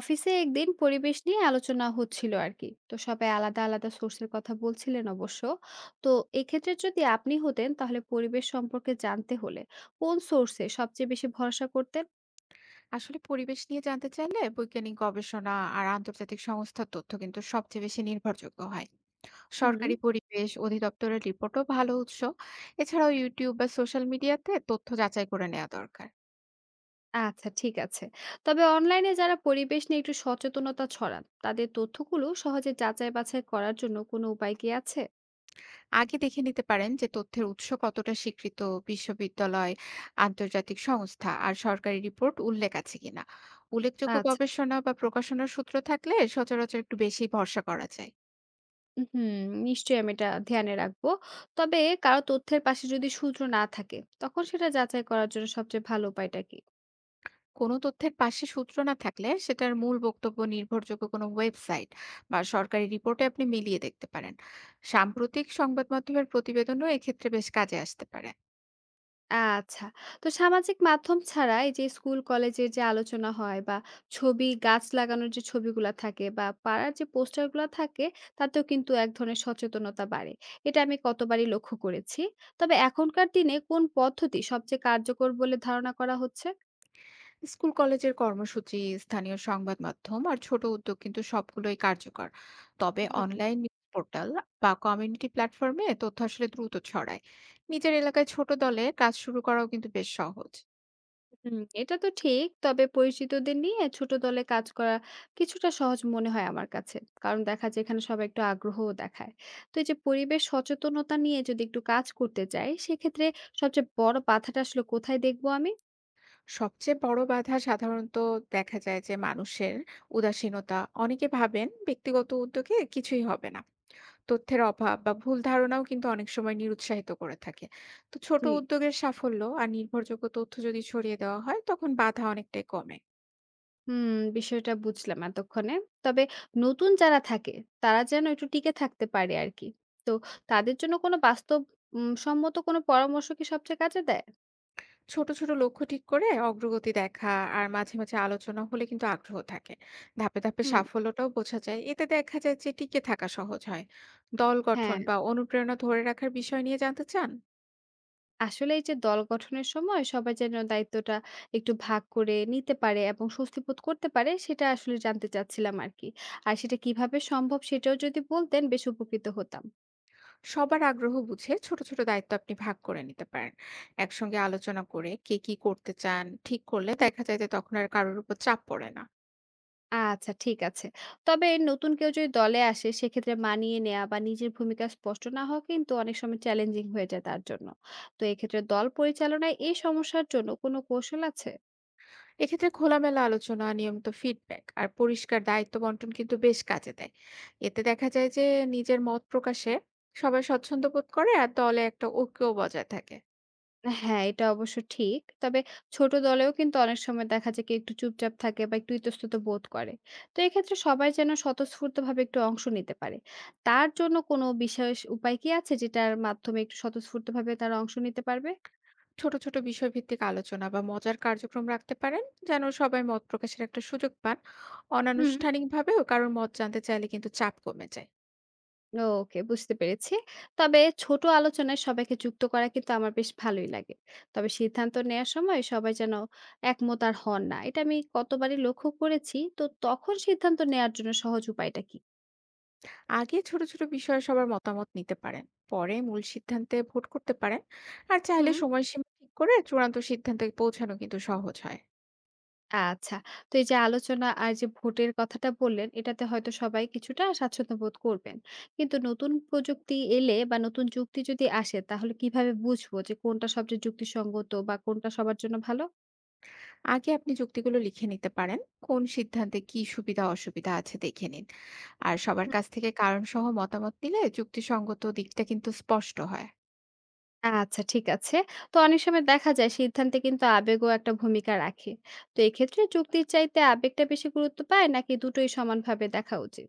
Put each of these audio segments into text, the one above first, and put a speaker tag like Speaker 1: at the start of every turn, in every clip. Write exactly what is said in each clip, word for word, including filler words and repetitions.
Speaker 1: অফিসে একদিন পরিবেশ নিয়ে আলোচনা হচ্ছিল আর কি। তো সবাই আলাদা আলাদা সোর্সের কথা বলছিলেন অবশ্য। তো এক্ষেত্রে যদি আপনি হতেন, তাহলে পরিবেশ সম্পর্কে জানতে হলে কোন সোর্সে সবচেয়ে বেশি ভরসা করতেন?
Speaker 2: আসলে পরিবেশ নিয়ে জানতে চাইলে বৈজ্ঞানিক গবেষণা আর আন্তর্জাতিক সংস্থার তথ্য কিন্তু সবচেয়ে বেশি নির্ভরযোগ্য হয়।
Speaker 1: হুম।
Speaker 2: সরকারি পরিবেশ অধিদপ্তরের রিপোর্টও ভালো উৎস। এছাড়াও ইউটিউব বা সোশ্যাল মিডিয়াতে তথ্য যাচাই করে নেওয়া দরকার।
Speaker 1: আচ্ছা, ঠিক আছে। তবে অনলাইনে যারা পরিবেশ নিয়ে একটু সচেতনতা ছড়ান, তাদের তথ্যগুলো সহজে যাচাই বাছাই করার জন্য কোনো উপায় কি আছে?
Speaker 2: আগে দেখে নিতে পারেন যে তথ্যের উৎস কতটা স্বীকৃত, বিশ্ববিদ্যালয়, আন্তর্জাতিক সংস্থা আর সরকারি রিপোর্ট উল্লেখ আছে কিনা। উল্লেখযোগ্য
Speaker 1: আচ্ছা।
Speaker 2: গবেষণা বা প্রকাশনার সূত্র থাকলে সচরাচর একটু বেশি ভরসা করা যায়।
Speaker 1: হুম। নিশ্চয়ই আমি এটা ধ্যানে রাখবো। তবে কারো তথ্যের পাশে যদি সূত্র না থাকে, তখন সেটা যাচাই করার জন্য সবচেয়ে ভালো উপায়টা কি?
Speaker 2: কোনো তথ্যের পাশে সূত্র না থাকলে সেটার মূল বক্তব্য নির্ভরযোগ্য কোনো ওয়েবসাইট বা সরকারি রিপোর্টে আপনি মিলিয়ে দেখতে পারেন। সাম্প্রতিক সংবাদ মাধ্যমের প্রতিবেদনও এক্ষেত্রে বেশ কাজে আসতে পারে।
Speaker 1: আচ্ছা। তো সামাজিক মাধ্যম ছাড়া এই যে স্কুল কলেজের যে আলোচনা হয়, বা ছবি গাছ লাগানোর যে ছবিগুলা থাকে, বা পাড়ার যে পোস্টারগুলা থাকে, তাতেও কিন্তু এক ধরনের সচেতনতা বাড়ে। এটা আমি কতবারই লক্ষ্য করেছি। তবে এখনকার দিনে কোন পদ্ধতি সবচেয়ে কার্যকর বলে ধারণা করা হচ্ছে?
Speaker 2: স্কুল কলেজের কর্মসূচি, স্থানীয় সংবাদ মাধ্যম আর ছোট উদ্যোগ কিন্তু সবগুলোই কার্যকর। তবে
Speaker 1: হুম।
Speaker 2: অনলাইন নিউজ পোর্টাল বা কমিউনিটি প্ল্যাটফর্মে তথ্য আসলে দ্রুত ছড়ায়। নিজের এলাকায় ছোট দলে কাজ শুরু করাও কিন্তু বেশ সহজ।
Speaker 1: হুম, এটা তো ঠিক। তবে পরিচিতদের নিয়ে ছোট দলে কাজ করা কিছুটা সহজ মনে হয় আমার কাছে। কারণ দেখা যায় এখানে সবাই একটু আগ্রহও দেখায়। তো এই যে পরিবেশ সচেতনতা নিয়ে যদি একটু কাজ করতে চাই, সেক্ষেত্রে সবচেয়ে বড় বাধাটা আসলে কোথায় দেখবো আমি?
Speaker 2: সবচেয়ে বড় বাধা সাধারণত দেখা যায় যে মানুষের উদাসীনতা, অনেকে ভাবেন ব্যক্তিগত উদ্যোগে কিছুই হবে না। তথ্যের অভাব বা ভুল ধারণাও কিন্তু অনেক সময় নিরুৎসাহিত করে থাকে। তো ছোট
Speaker 1: জি।
Speaker 2: উদ্যোগের সাফল্য আর নির্ভরযোগ্য তথ্য যদি ছড়িয়ে দেওয়া হয় তখন বাধা অনেকটাই কমে।
Speaker 1: হুম, বিষয়টা বুঝলাম এতক্ষণে। তবে নতুন যারা থাকে তারা যেন একটু টিকে থাকতে পারে আরকি। তো তাদের জন্য কোনো বাস্তব উম সম্মত কোনো পরামর্শ কি সবচেয়ে কাজে দেয়?
Speaker 2: ছোট ছোট লক্ষ্য ঠিক করে অগ্রগতি দেখা আর মাঝে মাঝে আলোচনা হলে কিন্তু আগ্রহ থাকে। ধাপে ধাপে
Speaker 1: হুম।
Speaker 2: সাফল্যটাও বোঝা যায়, এতে দেখা যায় যে টিকে থাকা সহজ হয়। দল গঠন
Speaker 1: হ্যাঁ।
Speaker 2: বা অনুপ্রেরণা ধরে রাখার বিষয় নিয়ে জানতে চান?
Speaker 1: আসলে এই যে দল গঠনের সময় সবাই যেন দায়িত্বটা একটু ভাগ করে নিতে পারে এবং স্বস্তি বোধ করতে পারে, সেটা আসলে জানতে চাচ্ছিলাম আর কি। আর সেটা কিভাবে সম্ভব সেটাও যদি বলতেন, বেশ উপকৃত হতাম।
Speaker 2: সবার আগ্রহ বুঝে ছোট ছোট দায়িত্ব আপনি ভাগ করে নিতে পারেন। একসঙ্গে আলোচনা করে কে কি করতে চান ঠিক করলে
Speaker 1: হুম,
Speaker 2: দেখা যায় যে তখন আর কারোর উপর চাপ পড়ে না।
Speaker 1: আচ্ছা ঠিক আছে। তবে নতুন কেউ যদি দলে আসে, সেক্ষেত্রে মানিয়ে নেওয়া বা নিজের ভূমিকা স্পষ্ট না হওয়া কিন্তু অনেক সময় চ্যালেঞ্জিং হয়ে যায় তার জন্য। তো এক্ষেত্রে দল পরিচালনায় এই সমস্যার জন্য কোনো কৌশল আছে?
Speaker 2: এক্ষেত্রে খোলামেলা আলোচনা, নিয়মিত ফিডব্যাক আর পরিষ্কার দায়িত্ব বন্টন কিন্তু বেশ কাজে দেয়। এতে দেখা যায় যে নিজের মত প্রকাশে সবাই স্বচ্ছন্দ বোধ করে আর দলে একটা ঐক্যও বজায় থাকে।
Speaker 1: হ্যাঁ, এটা অবশ্য ঠিক। তবে ছোট দলেও কিন্তু অনেক সময় দেখা যায় কেউ একটু চুপচাপ থাকে বা একটু ইতস্তত বোধ করে। তো এক্ষেত্রে সবাই যেন স্বতঃস্ফূর্তভাবে একটু অংশ নিতে পারে। তার জন্য কোনো বিশেষ উপায় কি আছে যেটার মাধ্যমে একটু স্বতঃস্ফূর্তভাবে তারা অংশ নিতে পারবে?
Speaker 2: ছোট ছোট বিষয় ভিত্তিক আলোচনা বা মজার কার্যক্রম রাখতে পারেন, যেন সবাই মত প্রকাশের একটা সুযোগ পান।
Speaker 1: হুম।
Speaker 2: অনানুষ্ঠানিকভাবেও কারোর মত জানতে চাইলে কিন্তু চাপ কমে যায়।
Speaker 1: ওকে, বুঝতে পেরেছি। তবে ছোট আলোচনায় সবাইকে যুক্ত করা কিন্তু আমার বেশ ভালোই লাগে। তবে সিদ্ধান্ত নেয়ার সময় সবাই যেন একমত আর হন না। এটা আমি কতবারই লক্ষ্য করেছি। তো তখন সিদ্ধান্ত নেয়ার জন্য সহজ উপায়টা কি?
Speaker 2: আগে ছোট ছোট বিষয়ে সবার মতামত নিতে পারেন, পরে মূল সিদ্ধান্তে ভোট করতে পারেন। আর চাইলে
Speaker 1: হুম।
Speaker 2: সময়সীমা ঠিক করে চূড়ান্ত সিদ্ধান্তে পৌঁছানো কিন্তু সহজ হয়।
Speaker 1: আচ্ছা। তো এই যে আলোচনা আর যে ভোটের কথাটা বললেন, এটাতে হয়তো সবাই কিছুটা স্বাচ্ছন্দ্য বোধ করবেন। কিন্তু নতুন প্রযুক্তি এলে বা নতুন যুক্তি যদি আসে, তাহলে কিভাবে বুঝবো যে কোনটা সবচেয়ে যুক্তিসঙ্গত বা কোনটা সবার জন্য ভালো?
Speaker 2: আগে আপনি যুক্তিগুলো লিখে নিতে পারেন, কোন সিদ্ধান্তে কি সুবিধা অসুবিধা আছে দেখে নিন। আর সবার
Speaker 1: হুম।
Speaker 2: কাছ থেকে কারণ সহ মতামত নিলে যুক্তিসঙ্গত দিকটা কিন্তু স্পষ্ট হয়।
Speaker 1: আচ্ছা ঠিক আছে। তো অনেক সময় দেখা যায় সিদ্ধান্তে কিন্তু আবেগও একটা ভূমিকা রাখে। তো এক্ষেত্রে যুক্তির চাইতে আবেগটা বেশি গুরুত্ব পায় নাকি দুটোই সমানভাবে দেখা উচিত?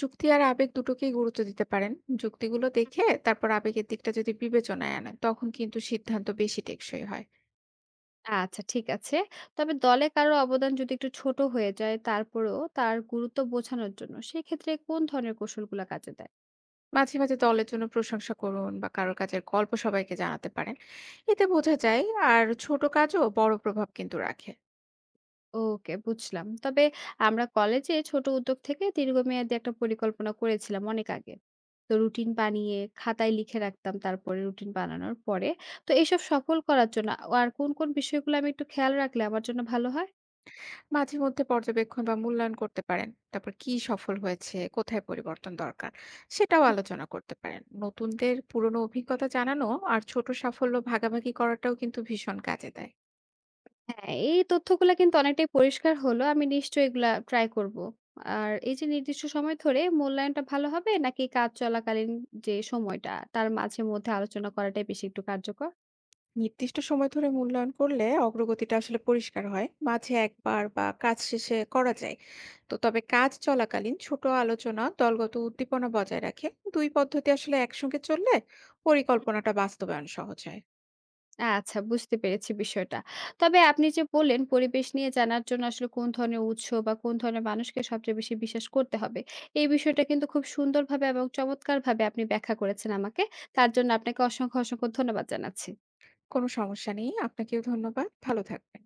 Speaker 2: যুক্তি আর আবেগ দুটোকেই গুরুত্ব দিতে পারেন। যুক্তিগুলো দেখে তারপর আবেগের দিকটা যদি বিবেচনায় আনেন তখন কিন্তু সিদ্ধান্ত বেশি টেকসই হয়।
Speaker 1: আচ্ছা ঠিক আছে। তবে দলে কারো অবদান যদি একটু ছোট হয়ে যায়, তারপরেও তার গুরুত্ব বোঝানোর জন্য সেক্ষেত্রে কোন ধরনের কৌশলগুলা কাজে দেয়?
Speaker 2: মাঝে, মাঝে দলের জন্য প্রশংসা করুন বা কারো কাজের গল্প সবাইকে জানাতে পারেন। এতে বোঝা যায় আর ছোট কাজও বড় প্রভাব কিন্তু রাখে।
Speaker 1: ওকে, বুঝলাম। তবে আমরা কলেজে ছোট উদ্যোগ থেকে দীর্ঘমেয়াদী একটা পরিকল্পনা করেছিলাম অনেক আগে। তো রুটিন বানিয়ে খাতায় লিখে রাখতাম তারপরে রুটিন বানানোর পরে। তো এসব সফল করার জন্য আর কোন, কোন বিষয়গুলো আমি একটু খেয়াল রাখলে আমার জন্য ভালো হয়?
Speaker 2: মাঝে মধ্যে পর্যবেক্ষণ বা মূল্যায়ন করতে পারেন। তারপর কি সফল হয়েছে, কোথায় পরিবর্তন দরকার সেটাও আলোচনা করতে পারেন। নতুনদের পুরনো অভিজ্ঞতা জানানো আর ছোট সাফল্য ভাগাভাগি করাটাও কিন্তু ভীষণ কাজে দেয়।
Speaker 1: হ্যাঁ, এই তথ্যগুলা কিন্তু অনেকটাই পরিষ্কার হলো। আমি নিশ্চয়ই এগুলা ট্রাই করব। আর এই যে নির্দিষ্ট সময় ধরে মূল্যায়নটা ভালো হবে নাকি কাজ চলাকালীন যে সময়টা, তার মাঝে মধ্যে আলোচনা করাটাই বেশি একটু কার্যকর?
Speaker 2: নির্দিষ্ট সময় ধরে মূল্যায়ন করলে অগ্রগতিটা আসলে পরিষ্কার হয়। মাঝে একবার বা কাজ শেষে করা যায়। তো তবে কাজ চলাকালীন ছোট আলোচনা দলগত উদ্দীপনা বজায় রাখে। দুই পদ্ধতি আসলে একসঙ্গে চললে
Speaker 1: হুম।
Speaker 2: পরিকল্পনাটা বাস্তবায়ন সহজ হয়।
Speaker 1: আচ্ছা, বুঝতে পেরেছি বিষয়টা। তবে আপনি যে বললেন পরিবেশ নিয়ে জানার জন্য আসলে কোন ধরনের উৎস বা কোন ধরনের মানুষকে সবচেয়ে বেশি বিশ্বাস করতে হবে। এই বিষয়টা কিন্তু খুব সুন্দরভাবে এবং চমৎকারভাবে আপনি ব্যাখ্যা করেছেন আমাকে। তার জন্য আপনাকে অসংখ্য, অসংখ্য ধন্যবাদ জানাচ্ছি।
Speaker 2: কোনো সমস্যা নেই, আপনাকেও ধন্যবাদ, ভালো থাকবেন।